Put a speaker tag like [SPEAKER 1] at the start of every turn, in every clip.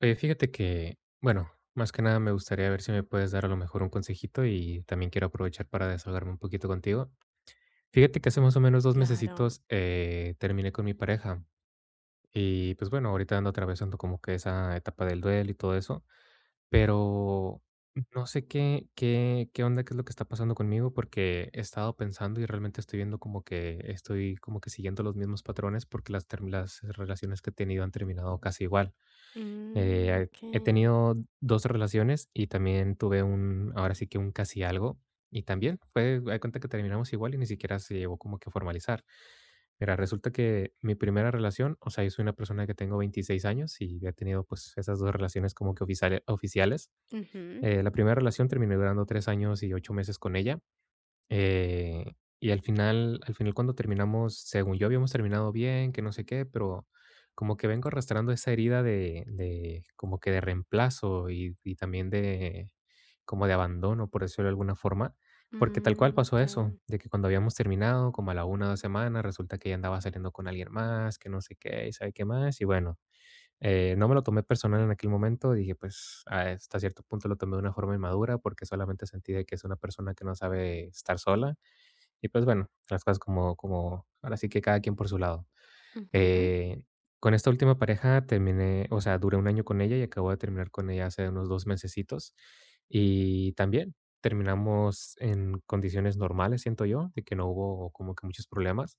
[SPEAKER 1] Oye, fíjate que, bueno, más que nada me gustaría ver si me puedes dar a lo mejor un consejito y también quiero aprovechar para desahogarme un poquito contigo. Fíjate que hace más o menos dos
[SPEAKER 2] Claro.
[SPEAKER 1] mesecitos terminé con mi pareja y pues bueno, ahorita ando atravesando como que esa etapa del duelo y todo eso, pero no sé qué, qué onda, qué es lo que está pasando conmigo porque he estado pensando y realmente estoy viendo como que estoy como que siguiendo los mismos patrones porque las relaciones que he tenido han terminado casi igual. He
[SPEAKER 2] Okey.
[SPEAKER 1] tenido 2 relaciones y también tuve un ahora sí que un casi algo, y también fue hay cuenta que terminamos igual y ni siquiera se llegó como que a formalizar. Mira, resulta que mi primera relación, o sea, yo soy una persona que tengo 26 años y he tenido, pues, esas 2 relaciones como que oficiales.
[SPEAKER 2] Ujú.
[SPEAKER 1] La primera relación terminé durando 3 años y 8 meses con ella. Eh, y al final cuando terminamos, según yo habíamos terminado bien, que no sé qué, pero como que vengo arrastrando esa herida de como que de reemplazo y también de como de abandono, por decirlo de alguna forma, porque tal cual pasó eso,
[SPEAKER 2] Okey.
[SPEAKER 1] de que cuando habíamos terminado, como a la una o 2 semanas, resulta que ella andaba saliendo con alguien más, que no sé qué, y sabe qué más, y bueno, no me lo tomé personal en aquel momento, dije, pues, hasta cierto punto lo tomé de una forma inmadura porque solamente sentí de que es una persona que no sabe estar sola y pues bueno, las cosas como ahora sí que cada quien por su lado.
[SPEAKER 2] Ujú.
[SPEAKER 1] Eh, con esta última pareja terminé, o sea, duré 1 año con ella y acabo de terminar con ella hace unos dos mesecitos. Y también terminamos en condiciones normales, siento yo, de que no hubo como que muchos problemas.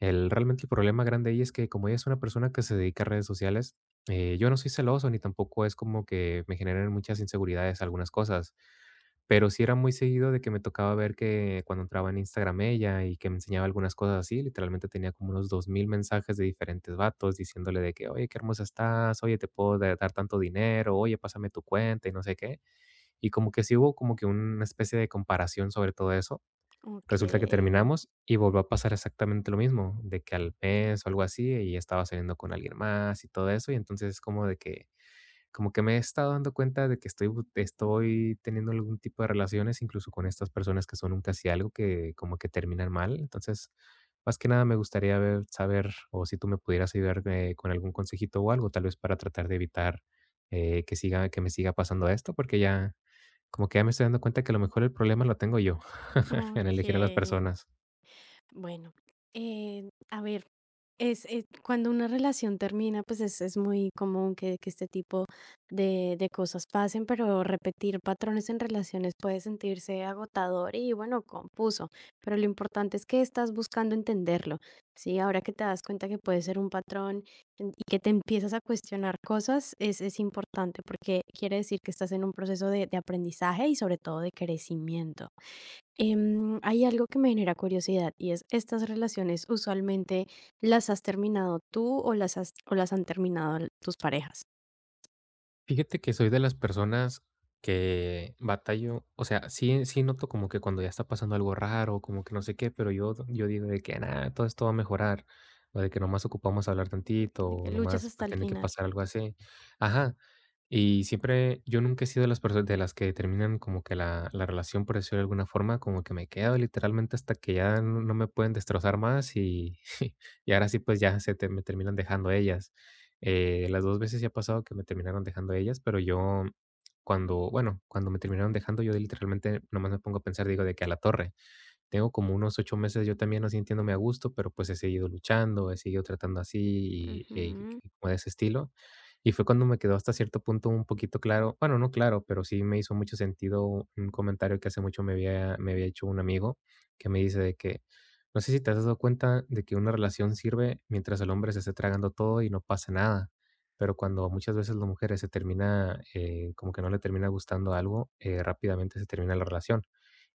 [SPEAKER 1] Realmente el problema grande ahí es que como ella es una persona que se dedica a redes sociales, yo no soy celoso ni tampoco es como que me generen muchas inseguridades algunas cosas. Pero sí era muy seguido de que me tocaba ver que cuando entraba en Instagram ella y que me enseñaba algunas cosas así, literalmente tenía como unos 2000 mensajes de diferentes vatos diciéndole de que: "Oye, qué hermosa estás, oye, te puedo da dar tanto dinero, oye, pásame tu cuenta", y no sé qué. Y como que sí hubo como que una especie de comparación sobre todo eso. Resulta que
[SPEAKER 2] Okey.
[SPEAKER 1] terminamos y volvió a pasar exactamente lo mismo, de que al mes o algo así, ella estaba saliendo con alguien más y todo eso, y entonces es como de que como que me he estado dando cuenta de que estoy teniendo algún tipo de relaciones, incluso con estas personas que son un casi algo, que como que terminan mal. Entonces, más que nada me gustaría ver saber, o si tú me pudieras ayudar, con algún consejito o algo, tal vez para tratar de evitar, que siga que me siga pasando esto, porque ya como que ya me estoy dando cuenta que a lo mejor el problema lo tengo yo en elegir a las
[SPEAKER 2] Okey.
[SPEAKER 1] personas.
[SPEAKER 2] Bueno, a ver, cuando una relación termina, pues es muy común que este tipo de cosas pasen, pero repetir patrones en relaciones puede sentirse agotador y, bueno, confuso, pero lo importante es que estás buscando entenderlo, ¿sí? Ahora que te das cuenta que puede ser un patrón y que te empiezas a cuestionar cosas, es importante porque quiere decir que estás en un proceso de aprendizaje y sobre todo de crecimiento. Hay algo que me genera curiosidad y es, ¿estas relaciones usualmente las has terminado tú o o las han terminado tus parejas?
[SPEAKER 1] Fíjate que soy de las personas que batallo, o sea, sí, sí noto como que cuando ya está pasando algo raro, como que no sé qué, pero yo digo de que nada, todo esto va a mejorar, o de que nomás ocupamos hablar tantito,
[SPEAKER 2] De que
[SPEAKER 1] o
[SPEAKER 2] luchas
[SPEAKER 1] nomás va
[SPEAKER 2] hasta
[SPEAKER 1] a
[SPEAKER 2] el
[SPEAKER 1] tener que
[SPEAKER 2] final.
[SPEAKER 1] pasar algo así. Ajá. Y siempre, yo nunca he sido de las personas de las que terminan como que la relación, por decirlo de alguna forma, como que me quedo literalmente hasta que ya no, no me pueden destrozar más y, y ahora sí pues ya me terminan dejando ellas. Las 2 veces ya ha pasado que me terminaron dejando ellas, pero yo cuando me terminaron dejando, yo literalmente nomás me pongo a pensar, digo, de que a la torre. Tengo como unos 8 meses yo también no sintiéndome a gusto, pero, pues, he seguido luchando, he seguido tratando así y y
[SPEAKER 2] Ujú.
[SPEAKER 1] y como de ese estilo. Y fue cuando me quedó hasta cierto punto un poquito claro, bueno, no claro, pero sí me hizo mucho sentido un comentario que hace mucho me había hecho un amigo, que me dice de que: "No sé si te has dado cuenta de que una relación sirve mientras el hombre se esté tragando todo y no pasa nada, pero cuando muchas veces las mujeres se termina, como que no le termina gustando algo, rápidamente se termina la relación".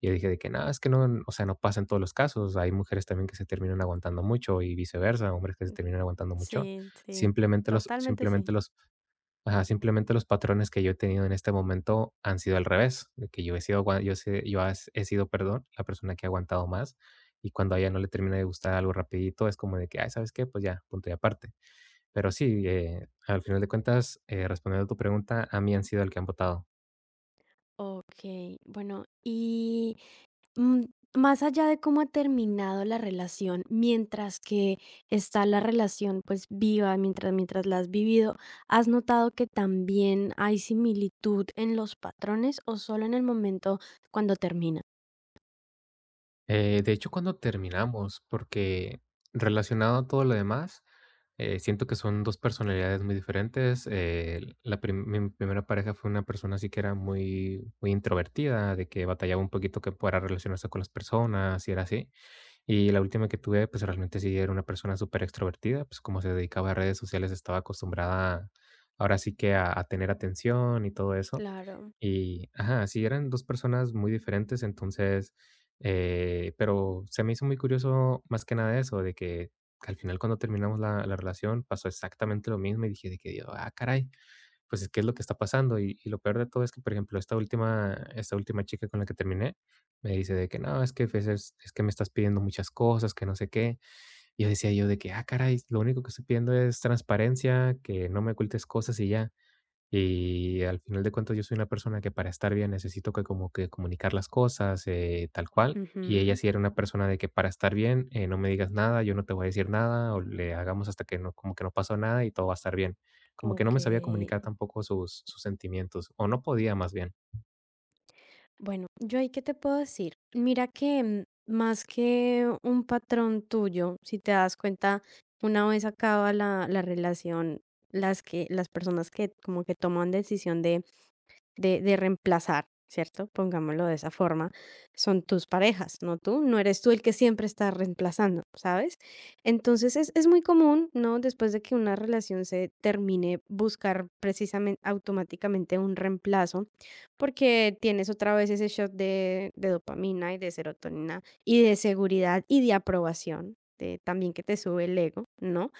[SPEAKER 1] Y yo dije de que nada es que no, o sea, no pasa en todos los casos. Hay mujeres también que se terminan aguantando mucho y viceversa, hombres que se terminan aguantando mucho.
[SPEAKER 2] Sí, sí,
[SPEAKER 1] Simplemente los
[SPEAKER 2] totalmente, sí.
[SPEAKER 1] simplemente los ajá, simplemente los patrones que yo he tenido en este momento han sido al revés, de que yo he sido agua yo sé yo has he sido, perdón, la persona que ha aguantado más, y cuando a ella no le termina de gustar algo rapidito, es como de que: "Ay, ¿sabes qué? Pues ya, punto y aparte". Pero sí, al final de cuentas, respondiendo a tu pregunta, a mí han sido el que han votado.
[SPEAKER 2] Ok, bueno, y Mm, más allá de cómo ha terminado la relación, mientras que está la relación, pues, viva, mientras la has vivido, ¿has notado que también hay similitud en los patrones o solo en el momento cuando termina?
[SPEAKER 1] De hecho, cuando terminamos, porque relacionado a todo lo demás, siento que son dos personalidades muy diferentes. La mi primera pareja fue una persona así que era muy, muy introvertida, de que batallaba un poquito que pueda relacionarse con las personas y era así. Y la última que tuve, pues, realmente sí era una persona súper extrovertida, pues, como se dedicaba a redes sociales, estaba acostumbrada, ahora sí que a tener atención y todo eso.
[SPEAKER 2] Claro.
[SPEAKER 1] Y ajá, sí, eran 2 personas muy diferentes, entonces, pero se me hizo muy curioso más que nada eso, de que al final cuando terminamos la relación pasó exactamente lo mismo y dije de que: "Ah, caray", pues, es que es lo que está pasando. Y lo peor de todo es que, por ejemplo, esta última chica con la que terminé, me dice de que: "No, es que a veces es que me estás pidiendo muchas cosas, que no sé qué". Y yo decía yo de que: "Ah, caray, lo único que estoy pidiendo es transparencia, que no me ocultes cosas y ya". Y al final de cuentas, yo soy una persona que para estar bien necesito que como que comunicar las cosas, tal cual. Y ella
[SPEAKER 2] Ujú.
[SPEAKER 1] sí era una persona de que para estar bien, no me digas nada, yo no te voy a decir nada, o le hagamos hasta que no, como que no pasó nada y todo va a estar bien. Como que no me sabía
[SPEAKER 2] Okey.
[SPEAKER 1] comunicar tampoco sus sentimientos, o no podía más bien.
[SPEAKER 2] Bueno, yo ahí, ¿qué te puedo decir? Mira que, más que un patrón tuyo, si te das cuenta, una vez acaba la relación, las personas que como que toman decisión de reemplazar, ¿cierto? Pongámoslo de esa forma, son tus parejas, no tú, no eres tú el que siempre está reemplazando, ¿sabes? Entonces es muy común, ¿no? Después de que una relación se termine, buscar precisamente automáticamente un reemplazo, porque tienes otra vez ese shot de dopamina y de serotonina y de seguridad y de aprobación, de también que te sube el ego, ¿no?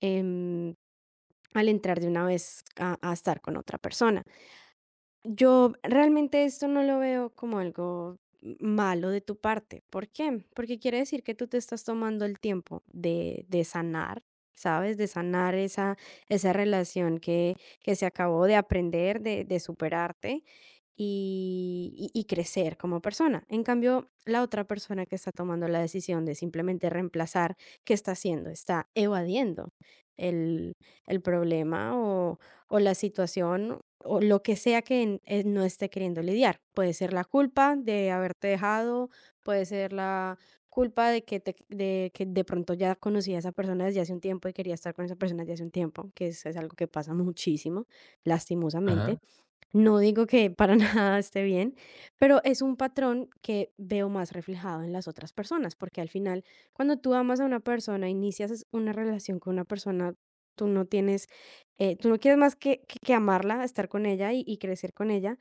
[SPEAKER 2] Em, Al entrar de una vez a estar con otra persona. Yo realmente esto no lo veo como algo malo de tu parte. ¿Por qué? Porque quiere decir que tú te estás tomando el tiempo de sanar, ¿sabes? De sanar esa relación que se acabó, de aprender, de superarte y crecer como persona. En cambio, la otra persona que está tomando la decisión de simplemente reemplazar, ¿qué está haciendo? Está evadiendo el, el problema o la situación o lo que sea que n no esté queriendo lidiar. Puede ser la culpa de haberte dejado, puede ser la culpa de que te de que de pronto ya conocía a esa persona desde hace un tiempo y quería estar con esa persona desde hace un tiempo, que es algo que pasa muchísimo, lastimosamente.
[SPEAKER 1] Ajá,
[SPEAKER 2] No digo que para nada esté bien, pero es un patrón que veo más reflejado en las otras personas, porque al final, cuando tú amas a una persona, inicias una relación con una persona, tú no tienes, tú no quieres más que, que amarla, estar con ella crecer con ella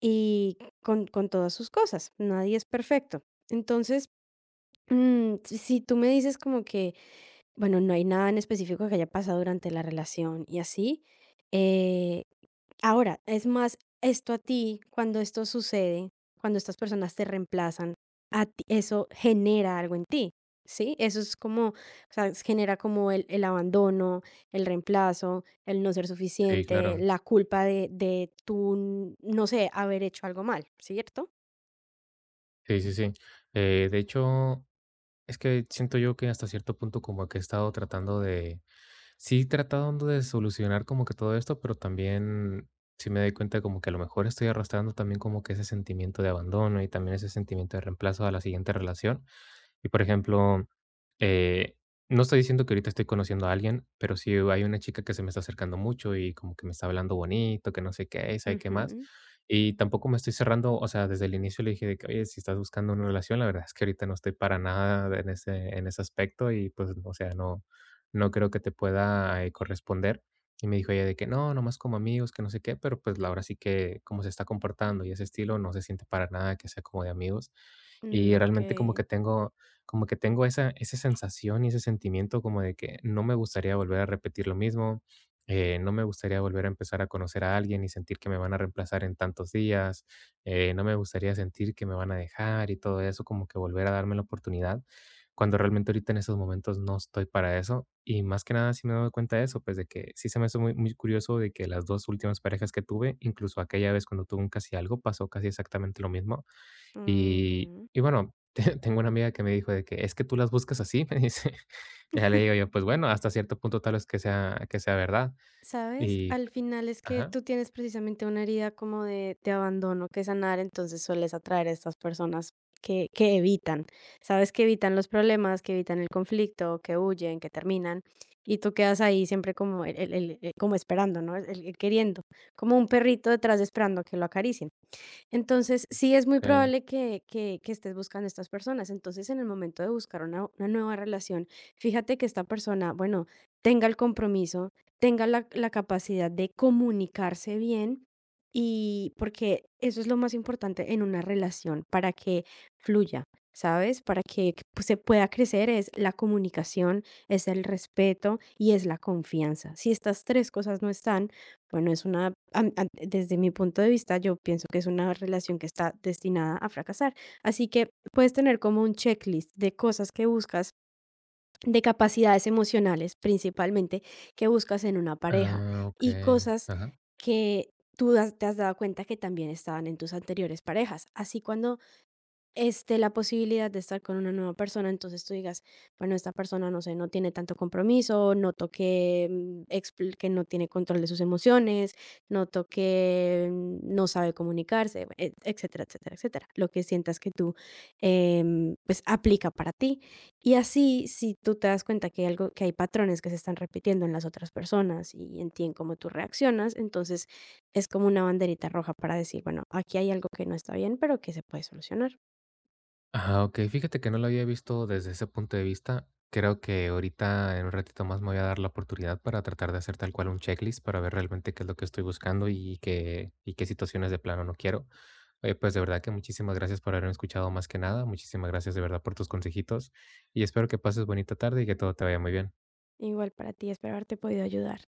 [SPEAKER 2] y con todas sus cosas. Nadie es perfecto. Entonces, si tú me dices como que, bueno, no hay nada en específico que haya pasado durante la relación y así. Eh, Ahora, es más, esto a ti, cuando esto sucede, cuando estas personas te reemplazan, eso genera algo en ti, ¿sí? Eso es como, o sea, genera como el abandono, el reemplazo, el no ser
[SPEAKER 1] sí,
[SPEAKER 2] suficiente,
[SPEAKER 1] claro.
[SPEAKER 2] la culpa de tú, no sé, haber hecho algo mal, ¿cierto?
[SPEAKER 1] Sí, sí, sí. De hecho, es que siento yo que hasta cierto punto como que he estado tratando de sí, tratando de solucionar como que todo esto, pero también sí me doy cuenta como que a lo mejor estoy arrastrando también como que ese sentimiento de abandono y también ese sentimiento de reemplazo a la siguiente relación. Y por ejemplo, eh, no estoy diciendo que ahorita estoy conociendo a alguien, pero si hay una chica que se me está acercando mucho y como que me está hablando bonito, que no sé qué, sabe qué más.
[SPEAKER 2] Ujú.
[SPEAKER 1] Y tampoco me estoy cerrando, o sea, desde el inicio le dije de que, oye, si estás buscando una relación, la verdad es que ahorita no estoy para nada en en ese aspecto y pues, o sea, no, no creo que te pueda corresponder. Y me dijo ella de que no, nomás como amigos, que no sé qué, pero pues la verdad sí que como se está comportando y ese estilo no se siente para nada que sea como de amigos. Y realmente
[SPEAKER 2] Ok.
[SPEAKER 1] como que tengo esa, esa sensación y ese sentimiento como de que no me gustaría volver a repetir lo mismo, no me gustaría volver a empezar a conocer a alguien y sentir que me van a reemplazar en tantos días, no me gustaría sentir que me van a dejar y todo eso, como que volver a darme la oportunidad, cuando realmente ahorita en esos momentos no estoy para eso. Y más que nada sí me doy cuenta de eso, pues de que sí se me hace muy, muy curioso de que las dos últimas parejas que tuve, incluso aquella vez cuando tuve un casi algo, pasó casi exactamente lo mismo
[SPEAKER 2] Ujú.
[SPEAKER 1] y bueno, tengo una amiga que me dijo de que: "Es que tú las buscas así", me dice. Ya le digo yo: "Pues bueno, hasta cierto punto tal vez que sea verdad".
[SPEAKER 2] ¿Sabes?
[SPEAKER 1] Y
[SPEAKER 2] Al final es que
[SPEAKER 1] ajá,
[SPEAKER 2] tú tienes precisamente una herida como de abandono que sanar, entonces sueles atraer a estas personas que evitan, ¿sabes? Que evitan los problemas, que evitan el conflicto, que huyen, que terminan, y tú quedas ahí siempre como, como esperando, ¿no? El queriendo, como un perrito detrás esperando que lo acaricien. Entonces, sí es muy
[SPEAKER 1] okey.
[SPEAKER 2] probable que estés buscando estas personas. Entonces, en el momento de buscar una nueva relación, fíjate que esta persona, bueno, tenga el compromiso, tenga la capacidad de comunicarse bien y porque eso es lo más importante en una relación, para que fluya, ¿sabes? Para que, pues, se pueda crecer es la comunicación, es el respeto y es la confianza. Si estas tres cosas no están, bueno, es una, desde mi punto de vista, yo pienso que es una relación que está destinada a fracasar. Así que puedes tener como un checklist de cosas que buscas, de capacidades emocionales principalmente, que buscas en una pareja
[SPEAKER 1] Ah,
[SPEAKER 2] y
[SPEAKER 1] okey.
[SPEAKER 2] cosas
[SPEAKER 1] Ajá.
[SPEAKER 2] que te has dado cuenta que también estaban en tus anteriores parejas. Así cuando este, la posibilidad de estar con una nueva persona, entonces tú digas, bueno, esta persona, no sé, no tiene tanto compromiso, noto que, que no tiene control de sus emociones, noto que no sabe comunicarse, etcétera, etcétera, etcétera. Lo que sientas que tú, pues, aplica para ti. Y así, si tú te das cuenta que hay algo, que hay patrones que se están repitiendo en las otras personas y en ti, en cómo tú reaccionas, entonces es como una banderita roja para decir, bueno, aquí hay algo que no está bien, pero que se puede solucionar.
[SPEAKER 1] Ah, okey, fíjate que no lo había visto desde ese punto de vista. Creo que ahorita en un ratito más me voy a dar la oportunidad para tratar de hacer tal cual un checklist para ver realmente qué es lo que estoy buscando y qué situaciones de plano no quiero. Oye, pues de verdad que muchísimas gracias por haberme escuchado más que nada. Muchísimas gracias de verdad por tus consejitos y espero que pases bonita tarde y que todo te vaya muy bien.
[SPEAKER 2] Igual para ti, espero haberte podido ayudar.